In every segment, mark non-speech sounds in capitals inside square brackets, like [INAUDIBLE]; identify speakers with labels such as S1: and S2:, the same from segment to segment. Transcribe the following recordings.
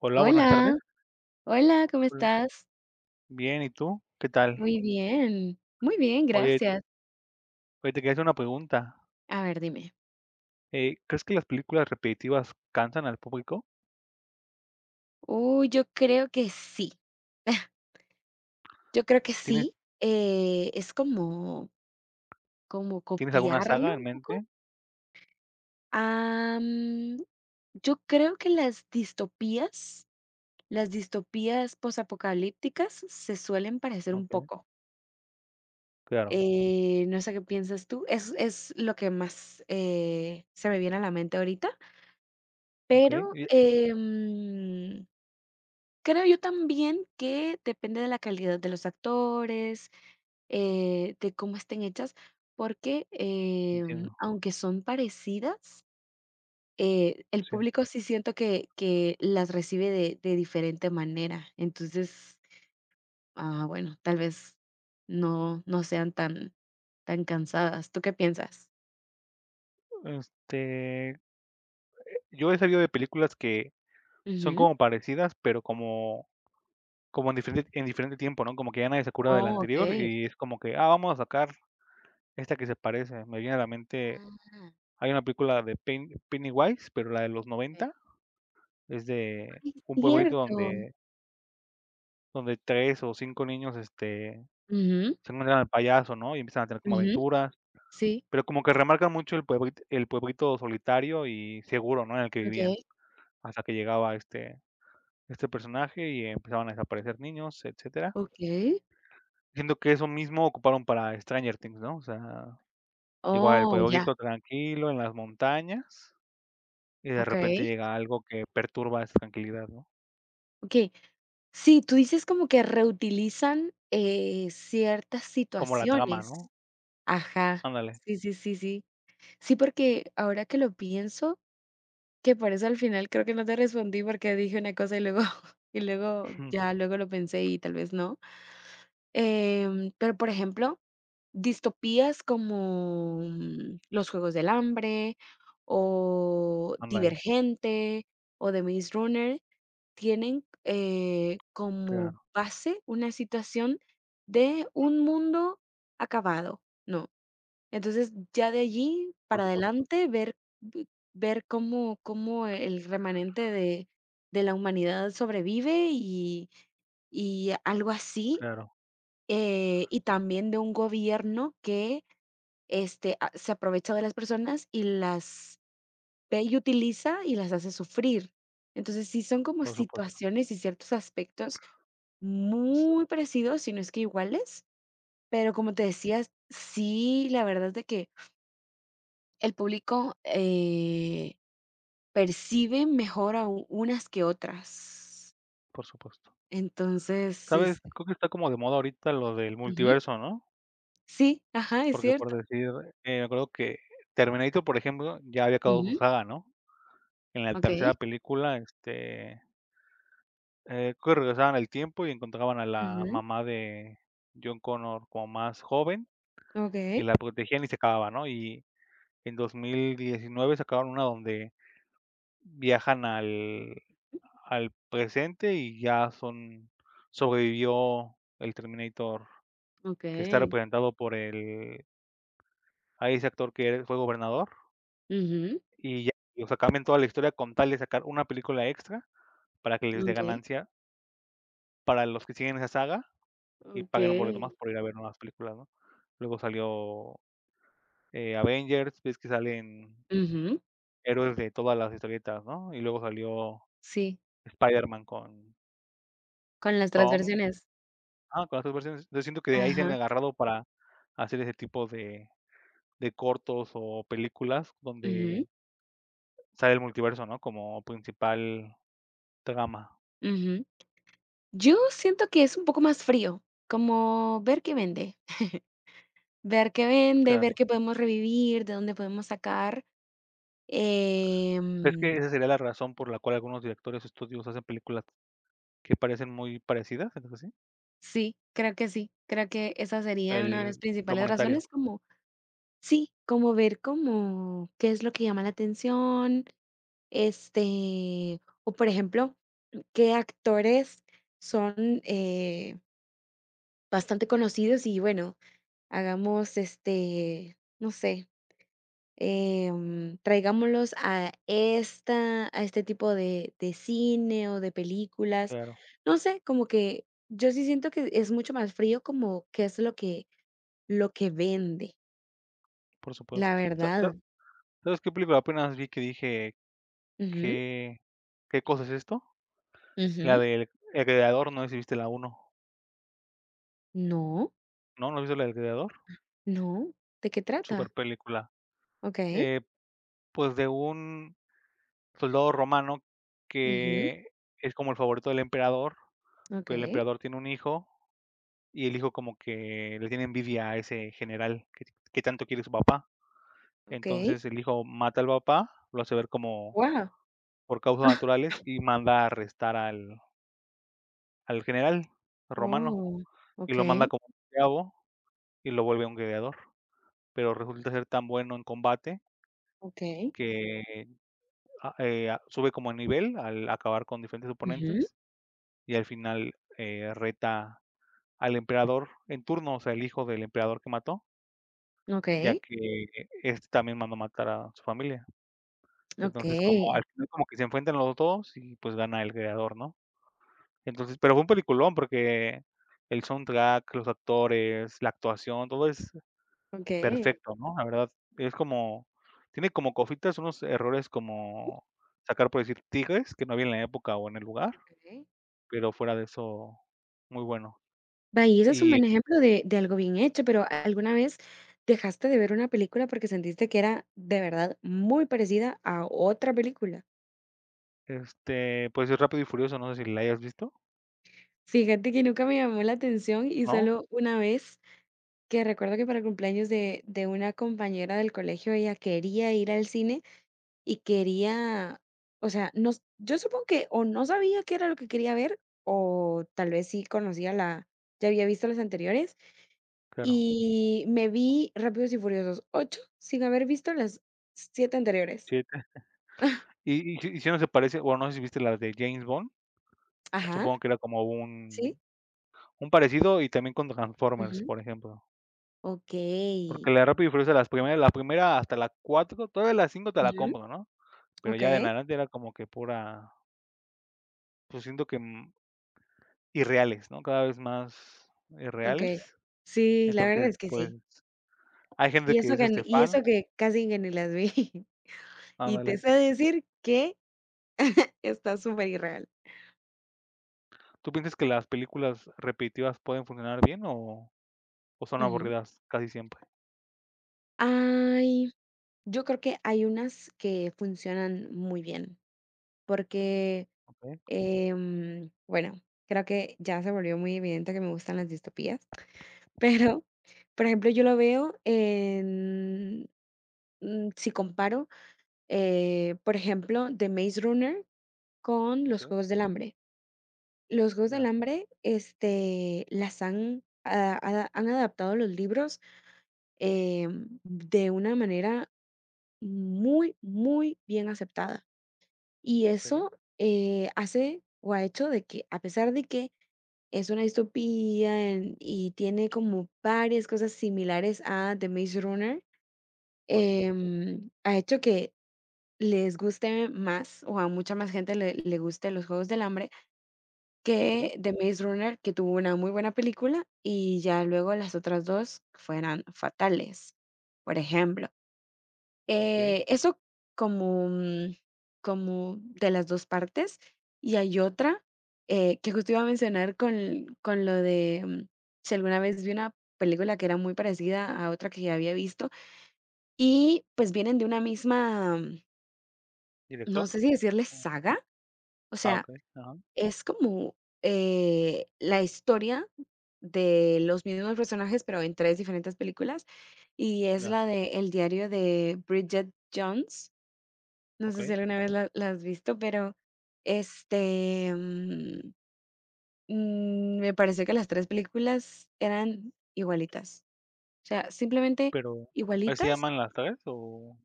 S1: Hola, buenas tardes.
S2: Hola, hola, ¿cómo
S1: Hola.
S2: estás?
S1: Bien, ¿y tú? ¿Qué tal?
S2: Muy bien,
S1: Oye,
S2: gracias.
S1: oye, te quería hacer una pregunta.
S2: A ver, dime.
S1: ¿Crees que las películas repetitivas cansan al público?
S2: Uy, yo creo que sí. [LAUGHS] Yo creo que
S1: ¿Tienes,
S2: sí. Es como
S1: tienes alguna saga
S2: copiarlo
S1: en
S2: un poco.
S1: mente?
S2: Am, yo creo que las distopías posapocalípticas se suelen parecer un
S1: Okay,
S2: poco.
S1: claro,
S2: No sé qué piensas tú. Es lo que más se me viene a la mente ahorita.
S1: okay,
S2: Pero, creo yo también que depende de la calidad de los actores, de cómo estén hechas, porque,
S1: entiendo,
S2: aunque son parecidas, el
S1: sí.
S2: público sí siento que las recibe de diferente manera. Entonces, bueno, tal vez no sean tan cansadas. ¿Tú qué piensas?
S1: Este, yo he sabido de películas que son
S2: Ujú.
S1: como parecidas, pero como en diferente tiempo, ¿no? Como que ya nadie se acuerda de la
S2: Oh,
S1: anterior
S2: okey.
S1: y es como que, ah, vamos a sacar esta que se parece. Me viene a la mente,
S2: Ah,
S1: hay una película de Pennywise, pero la de los
S2: okey.
S1: noventa. Es de un pueblito
S2: Cierto.
S1: donde 3 o 5 niños,
S2: Ujú,
S1: se encuentran al payaso, ¿no? Y empiezan a tener como
S2: ujú.
S1: aventuras,
S2: Sí,
S1: pero como que remarcan mucho el pueblito solitario y seguro, ¿no? En el que vivían,
S2: okey,
S1: hasta que llegaba este personaje y empezaban a desaparecer niños, etcétera.
S2: okey.
S1: Siento que eso mismo ocuparon para Stranger Things, ¿no? O sea, igual el
S2: Oh, ya,
S1: pueblito tranquilo en las montañas y de repente
S2: okey,
S1: llega algo que perturba esa tranquilidad, ¿no?
S2: okey. Sí, tú dices como que reutilizan, ciertas
S1: Como la trama,
S2: situaciones.
S1: ¿no?
S2: Ajá.
S1: Ándale,
S2: Sí, sí, sí, sí. Sí, porque ahora que lo pienso, que por eso al final creo que no te respondí porque dije una cosa y luego [LAUGHS] y luego
S1: [LAUGHS]
S2: ya luego lo pensé y tal vez no. Pero, por ejemplo, distopías como, Los Juegos del Hambre, o
S1: ándale,
S2: Divergente, o The Maze Runner, tienen, como
S1: claro,
S2: base una situación de un mundo acabado, ¿no? Entonces, ya de allí
S1: por
S2: para
S1: supuesto.
S2: adelante ver cómo el remanente de la humanidad sobrevive y algo así,
S1: Claro,
S2: y también de un gobierno que este, se aprovecha de las personas y las ve y utiliza y las hace sufrir. Entonces, sí son como
S1: por supuesto.
S2: situaciones y ciertos aspectos
S1: S-
S2: muy parecidos, si no es que iguales, pero como te decía, sí, la verdad es de que el público percibe mejor a unas que otras.
S1: Por supuesto.
S2: Entonces, sí,
S1: ¿Sabes? Creo que está como de moda ahorita lo del
S2: Ujú.
S1: multiverso, ¿no?
S2: Sí, ajá, es
S1: Porque por
S2: cierto.
S1: decir, me acuerdo que Terminator, por ejemplo, ya había acabado su
S2: Ujú,
S1: saga, ¿no? En la
S2: ok,
S1: tercera película, creo que regresaban al tiempo y encontraban a la
S2: ujú,
S1: mamá de John Connor como más joven
S2: ok,
S1: y la protegían y se acababa, ¿no? Y en 2019 sacaron una donde viajan al presente y ya son sobrevivió el Terminator,
S2: ok,
S1: que está representado por el a ese actor que fue gobernador,
S2: ujú,
S1: y ya, o sea, cambian toda la historia con tal de sacar una película extra para que les dé
S2: ok.
S1: ganancia para los que siguen esa saga y paguen un
S2: Okey.
S1: boleto más por ir a ver nuevas películas, ¿no? Luego salió, Avengers, ves que salen
S2: Ujú.
S1: héroes de todas las historietas, ¿no? Y luego salió
S2: Sí,
S1: Spider-Man con
S2: con las
S1: Tom
S2: transversiones.
S1: ah con las 2 versiones. Yo siento que de ahí se han
S2: Ajá.
S1: agarrado para hacer ese tipo de cortos o películas
S2: Ujú,
S1: donde sale el multiverso, ¿no? Como principal trama,
S2: ujú. Yo siento que es un poco más frío, como ver qué vende, ver qué vende,
S1: claro.
S2: ver qué podemos revivir, de dónde podemos sacar.
S1: ¿Crees
S2: Em,
S1: que esa sería la razón por la cual algunos directores o estudios hacen películas que parecen muy parecidas, entre sí?
S2: sí, creo que esa sería una de las
S1: El lo
S2: principales
S1: monetario,
S2: razones, como sí, como ver como qué es lo que llama la atención, este, o por ejemplo, qué actores son, bastante conocidos y bueno, hagamos, este, no sé, traigámoslos a esta a este tipo de cine o de películas.
S1: claro,
S2: No sé, como que yo sí siento que es mucho más frío como qué es lo que vende,
S1: por
S2: la
S1: supuesto. ¿Sa sa
S2: verdad.
S1: sabes qué película apenas vi que dije:
S2: Ujú,
S1: "¿Qué qué cosa es esto?" La
S2: ujú.
S1: del El Gladiador, ¿no sé si viste la uno?
S2: No,
S1: ¿No? ¿No viste la del Gladiador?
S2: no, ¿de qué trata?
S1: Superpelícula.
S2: Okey.
S1: Eh, pues, de un soldado romano
S2: Ujú,
S1: que es como el favorito del emperador, pero el
S2: okey,
S1: emperador tiene un hijo. Y el hijo como que le tiene envidia a ese general que tanto quiere su papá.
S2: okey.
S1: Entonces el hijo mata al papá, lo hace ver como
S2: Guau.
S1: por causas
S2: [LAUGHS]
S1: naturales y manda a arrestar al general romano,
S2: Oh,
S1: y lo manda
S2: okey,
S1: como un esclavo y lo vuelve un gladiador. Pero resulta ser tan bueno en combate
S2: okey.
S1: que, sube como de nivel al acabar con diferentes
S2: Ujú,
S1: oponentes y al final, reta al emperador en turno, o sea, el hijo del emperador que mató. Ya
S2: okey.
S1: que este también mandó matar a su familia. Entonces, como
S2: Okay,
S1: al final como que se enfrentan los dos y, pues, gana el creador, ¿no? Entonces, pero fue un peliculón porque el soundtrack, los actores, la actuación, todo es
S2: okay,
S1: perfecto, ¿no? La verdad, es como tiene como cositas, unos errores como sacar, por decir, tigres que no había en la época o en el lugar,
S2: okey.
S1: pero fuera de eso, muy bueno.
S2: Va, y eso es un
S1: Y,
S2: buen ejemplo de algo bien hecho, pero, ¿alguna vez dejaste de ver una película porque sentiste que era de verdad muy parecida a otra película?
S1: pues, es Rápido y Furioso, no sé si la hayas visto,
S2: Fíjate que nunca me llamó la atención y
S1: ¿no?
S2: solo una vez, que recuerdo que para el cumpleaños de una compañera del colegio, ella quería ir al cine y quería, o sea, nos yo supongo que o no sabía qué era lo que quería ver, o tal vez sí conocía la ya había visto las anteriores.
S1: Claro.
S2: Y me vi Rápidos y Furiosos 8 sin haber visto las 7 anteriores.
S1: Sí.
S2: [LAUGHS]
S1: Y si no se parece, o no sé si viste las de James Bond,
S2: Ajá.
S1: supongo que era como
S2: Sí.
S1: un parecido y también con Transformers,
S2: Ujú.
S1: por ejemplo,
S2: Okey.
S1: porque la de Rápido y Furioso, las primeras la primera hasta la 4 todavía las 5 te la
S2: Ujú.
S1: compro, ¿no? Pero ya de en
S2: Okey,
S1: adelante era como que pura, pues siento que, irreales, ¿no? Cada vez más
S2: okey.
S1: irreales.
S2: Sí, la verdad
S1: Entonces,
S2: es que
S1: pues,
S2: sí.
S1: hay
S2: Y
S1: gente que
S2: eso
S1: es,
S2: que n y eso
S1: fan
S2: que casi que ni las vi. [LAUGHS] Y te
S1: ándale.
S2: sé decir que está superirreal.
S1: ¿Tú piensas que las películas repetitivas pueden funcionar bien o son
S2: Ujú.
S1: aburridas casi siempre?
S2: Ay, yo creo que hay unas que funcionan muy bien, porque,
S1: Okey,
S2: bueno, creo que ya se volvió muy evidente que me gustan las distopías. Pero, por ejemplo, yo lo veo en, si comparo, por ejemplo, The Maze Runner con Los
S1: okey,
S2: Juegos del Hambre. Los Juegos del
S1: ya,
S2: Hambre, este, las han, han adaptado los libros eh, de una manera muy, muy bien aceptada. Y
S1: ¿en serio?
S2: eso hace o ha hecho de que, a pesar de que es una distopía y tiene como varias cosas similares a The Maze Runner,
S1: Por supuesto.
S2: ha hecho que les guste más, o a mucha más gente le guste los Juegos del Hambre
S1: ¿En serio?
S2: que The Maze Runner, que tuvo una muy buena película, y ya luego las otras dos fueran fatales, por ejemplo.
S1: Okey,
S2: Eso como, como de las dos partes. Y hay otra que justo iba a mencionar con, lo de si alguna vez vi una película que era muy parecida a otra que ya había visto, y pues vienen de una misma. No
S1: ¿director?
S2: sé si decirle
S1: Oh,
S2: saga, o
S1: ah,
S2: sea,
S1: okey, ajá,
S2: es como, la historia de los mismos personajes, pero en 3 diferentes películas, y es
S1: ya,
S2: la de El diario de Bridget Jones. No sé si
S1: okey,
S2: alguna vez la has visto, pero, este, me pareció que las 3 películas eran igualitas. O sea, simplemente
S1: pero, ¿así se
S2: igualitas.
S1: llaman las 3 o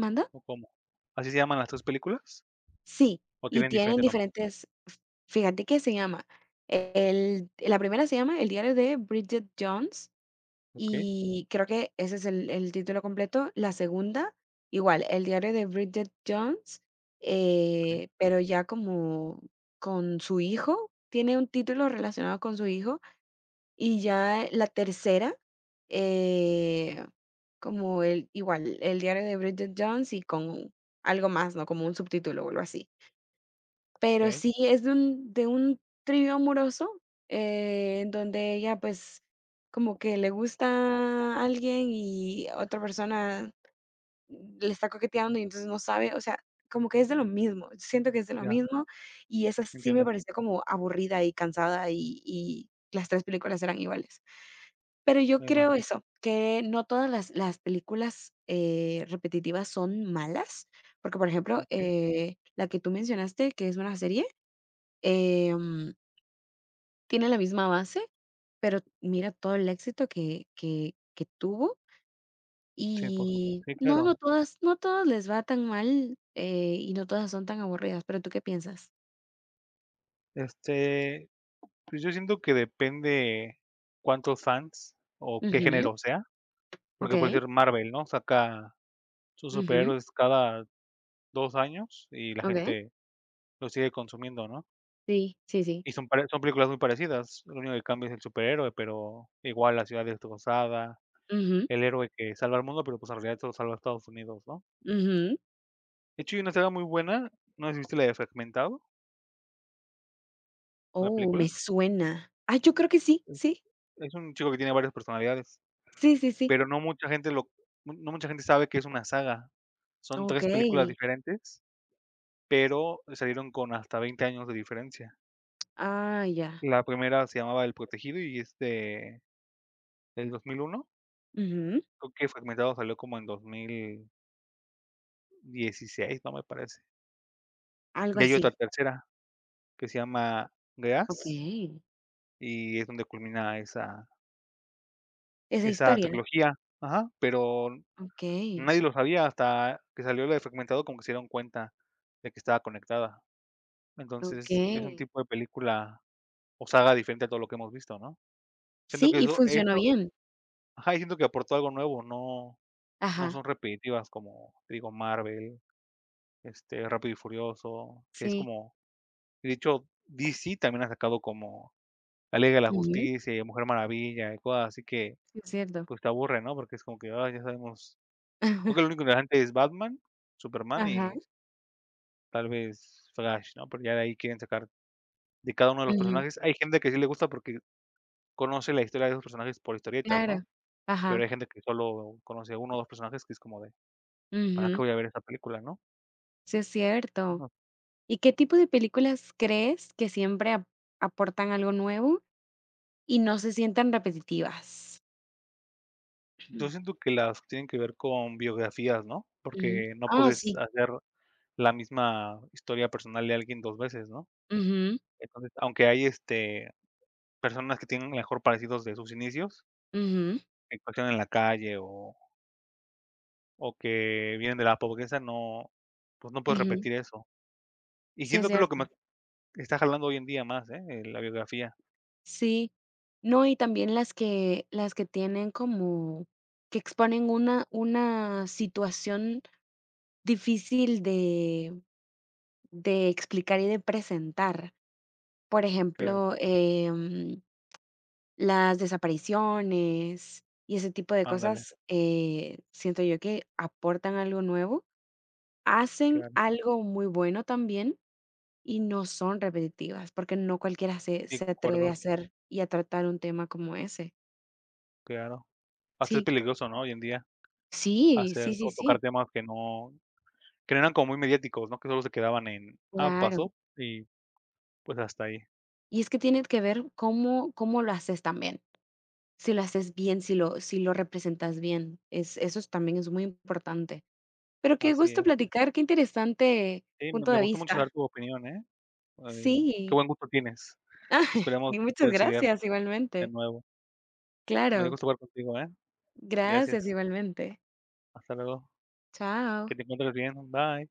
S2: ¿Manda?
S1: o cómo? ¿Así se llaman las 3 películas
S2: Sí.
S1: o
S2: y
S1: tienen
S2: tienen
S1: diferente nombre?
S2: diferentes f Fíjate que se llama, el la primera se llama El diario de Bridget Jones,
S1: Okey,
S2: y creo que ese es el título completo. La segunda, igual, El diario de Bridget Jones,
S1: okey,
S2: pero ya como con su hijo, tiene un título relacionado con su hijo, y ya la tercera, eh, como el igual, El diario de Bridget Jones y con algo más, ¿no? Como un subtítulo o algo así. Pero
S1: okey,
S2: sí es de un trío amoroso, en donde ella, pues, como que le gusta a alguien y otra persona le está coqueteando y entonces no sabe, o sea, como que es de lo mismo, siento que es de lo
S1: ya,
S2: mismo, y esa sí me
S1: entiendo,
S2: pareció como aburrida y cansada y las 3 películas eran iguales. Pero yo
S1: me
S2: creo
S1: imagino,
S2: eso, que no todas las películas, repetitivas son malas, porque, por ejemplo,
S1: okey,
S2: la que tú mencionaste, que es una serie. Em, tiene la misma base, pero mira todo el éxito que tuvo,
S1: sí, por supuesto
S2: y
S1: sí,
S2: no, no
S1: claro,
S2: todas no todas les va tan mal, y no todas son tan aburridas, pero, ¿tú qué piensas?
S1: este, pues, yo siento que depende cuántos fans o qué
S2: Ujú,
S1: género sea, porque puede
S2: okey,
S1: ser Marvel, ¿no? Saca sus
S2: ujú,
S1: superhéroes cada 2 años y la
S2: okey,
S1: gente lo sigue consumiendo, ¿no?
S2: sí, sí, sí,
S1: Y son películas muy parecidas, lo único que cambia es el superhéroe, pero igual la ciudad destrozada,
S2: ujú,
S1: el héroe que salva al mundo, pero, pues, en realidad solo salva a Estados Unidos, ¿no?
S2: ujú.
S1: De hecho, hay una saga muy buena, no sé si viste la de Fragmentado, la
S2: Oh, me
S1: película.
S2: suena. Ah, yo creo que sí,
S1: Es
S2: sí,
S1: es un chico que tiene varias personalidades,
S2: sí, sí, sí.
S1: pero no mucha gente lo mu- no mucha gente sabe que es una saga. Son 3 películas
S2: Okey.
S1: diferentes, pero salieron con hasta 20 años de diferencia.
S2: Ah, ya.
S1: La primera se llamaba El protegido y es de del 2001.
S2: Ujú,
S1: Creo que Fragmentado salió como en 2016, ¿no? Me parece.
S2: algo
S1: Y hay
S2: así.
S1: otra tercera que se llama gas
S2: Okey.
S1: y es donde culmina esa
S2: Esa
S1: esa
S2: historia.
S1: trilogía. Ajá, pero
S2: Okey,
S1: nadie lo sabía hasta que salió la de Fragmentado, como que se dieron cuenta de que estaba conectada. Entonces, es un
S2: okey.
S1: tipo de película o saga diferente a todo lo que hemos visto, ¿no? Siento
S2: Sí,
S1: que
S2: y
S1: eso
S2: funcionó
S1: eso
S2: bien.
S1: ajá, y siento que aportó algo nuevo, no
S2: Ajá,
S1: son repetitivas como, te digo, Marvel, Rápido y Furioso, que es
S2: sí.
S1: como de hecho, DC también ha sacado como La Liga de la
S2: Ujú,
S1: Justicia y Mujer Maravilla y cosas así que,
S2: sí, es cierto.
S1: pues, te aburre, ¿no? Porque es como que, ay, ya sabemos. Creo que lo único
S2: [LAUGHS]
S1: interesante es Batman, Superman
S2: Ajá,
S1: y tal vez Flash, ¿no? Pero ya de ahí quieren sacar de cada uno de los
S2: ujú,
S1: personajes. Hay gente que sí le gusta porque conoce la historia de esos personajes por historietas,
S2: claro.
S1: ¿no? Pero
S2: Ajá,
S1: hay gente que solo conoce a un o 2 personajes que es como de, ¿para
S2: ujú,
S1: qué voy a ver esta película, no?
S2: sí, es cierto.
S1: No,
S2: ¿Y qué tipo de películas crees que siempre ap aportan algo nuevo y no se sientan repetitivas?
S1: yo
S2: Ujú.
S1: siento que las tienen que ver con biografías, ¿no?
S2: Ujú.
S1: Porque no
S2: Ah,
S1: puedes
S2: sí.
S1: hacer la misma historia personal de alguien 2 veces, ¿no?
S2: Ujú,
S1: Entonces, aunque hay, personas que tienen a lo mejor parecidos de sus inicios,
S2: ujú,
S1: que cocinan en la calle o que vienen de la pobreza, no, pues, no puedes
S2: ujú,
S1: repetir eso. Y
S2: sí, es
S1: siento que es lo que me
S2: cierto.
S1: está jalando hoy en día más, ¿eh? La biografía.
S2: Sí, no, y también las que tienen como que exponen una situación difícil de explicar y de presentar. Por
S1: Claro,
S2: ejemplo, las desapariciones y ese tipo de
S1: ándale,
S2: cosas, siento yo que aportan algo nuevo, hacen
S1: claro.
S2: algo muy bueno también y no son repetitivas, porque no cualquiera se
S1: Sí,
S2: se atreve a
S1: concuerdo,
S2: hacer y a tratar un tema como ese.
S1: claro. Hasta es
S2: Sí.
S1: peligroso, ¿no? Hoy en día
S2: Sí, sí,
S1: hacer
S2: sí,
S1: o tocar
S2: sí,
S1: temas que no eran como muy mediáticos, ¿no? Que solo se quedaban en: "Ah,
S2: claro.
S1: pasó", y pues hasta ahí.
S2: Y es que tiene que ver cómo lo haces también. Si lo haces bien, si lo representas bien, es eso es también es muy importante. Pero qué
S1: Así
S2: gusto
S1: es.
S2: platicar, qué interesante
S1: Sí, me
S2: punto
S1: me
S2: de
S1: gustó mucho saber
S2: vista.
S1: tu opinión, ¿eh? Eh, qué
S2: Sí.
S1: buen gusto tienes.
S2: [LAUGHS]
S1: Esperemos
S2: Y muchas
S1: coincidir
S2: gracias,
S1: de
S2: igualmente.
S1: nuevo. Me dio
S2: Claro.
S1: gusto hablar contigo, ¿eh?
S2: Gracias,
S1: Gracias.
S2: igualmente.
S1: Hasta luego.
S2: Chao.
S1: Que te encuentres bien. Bye.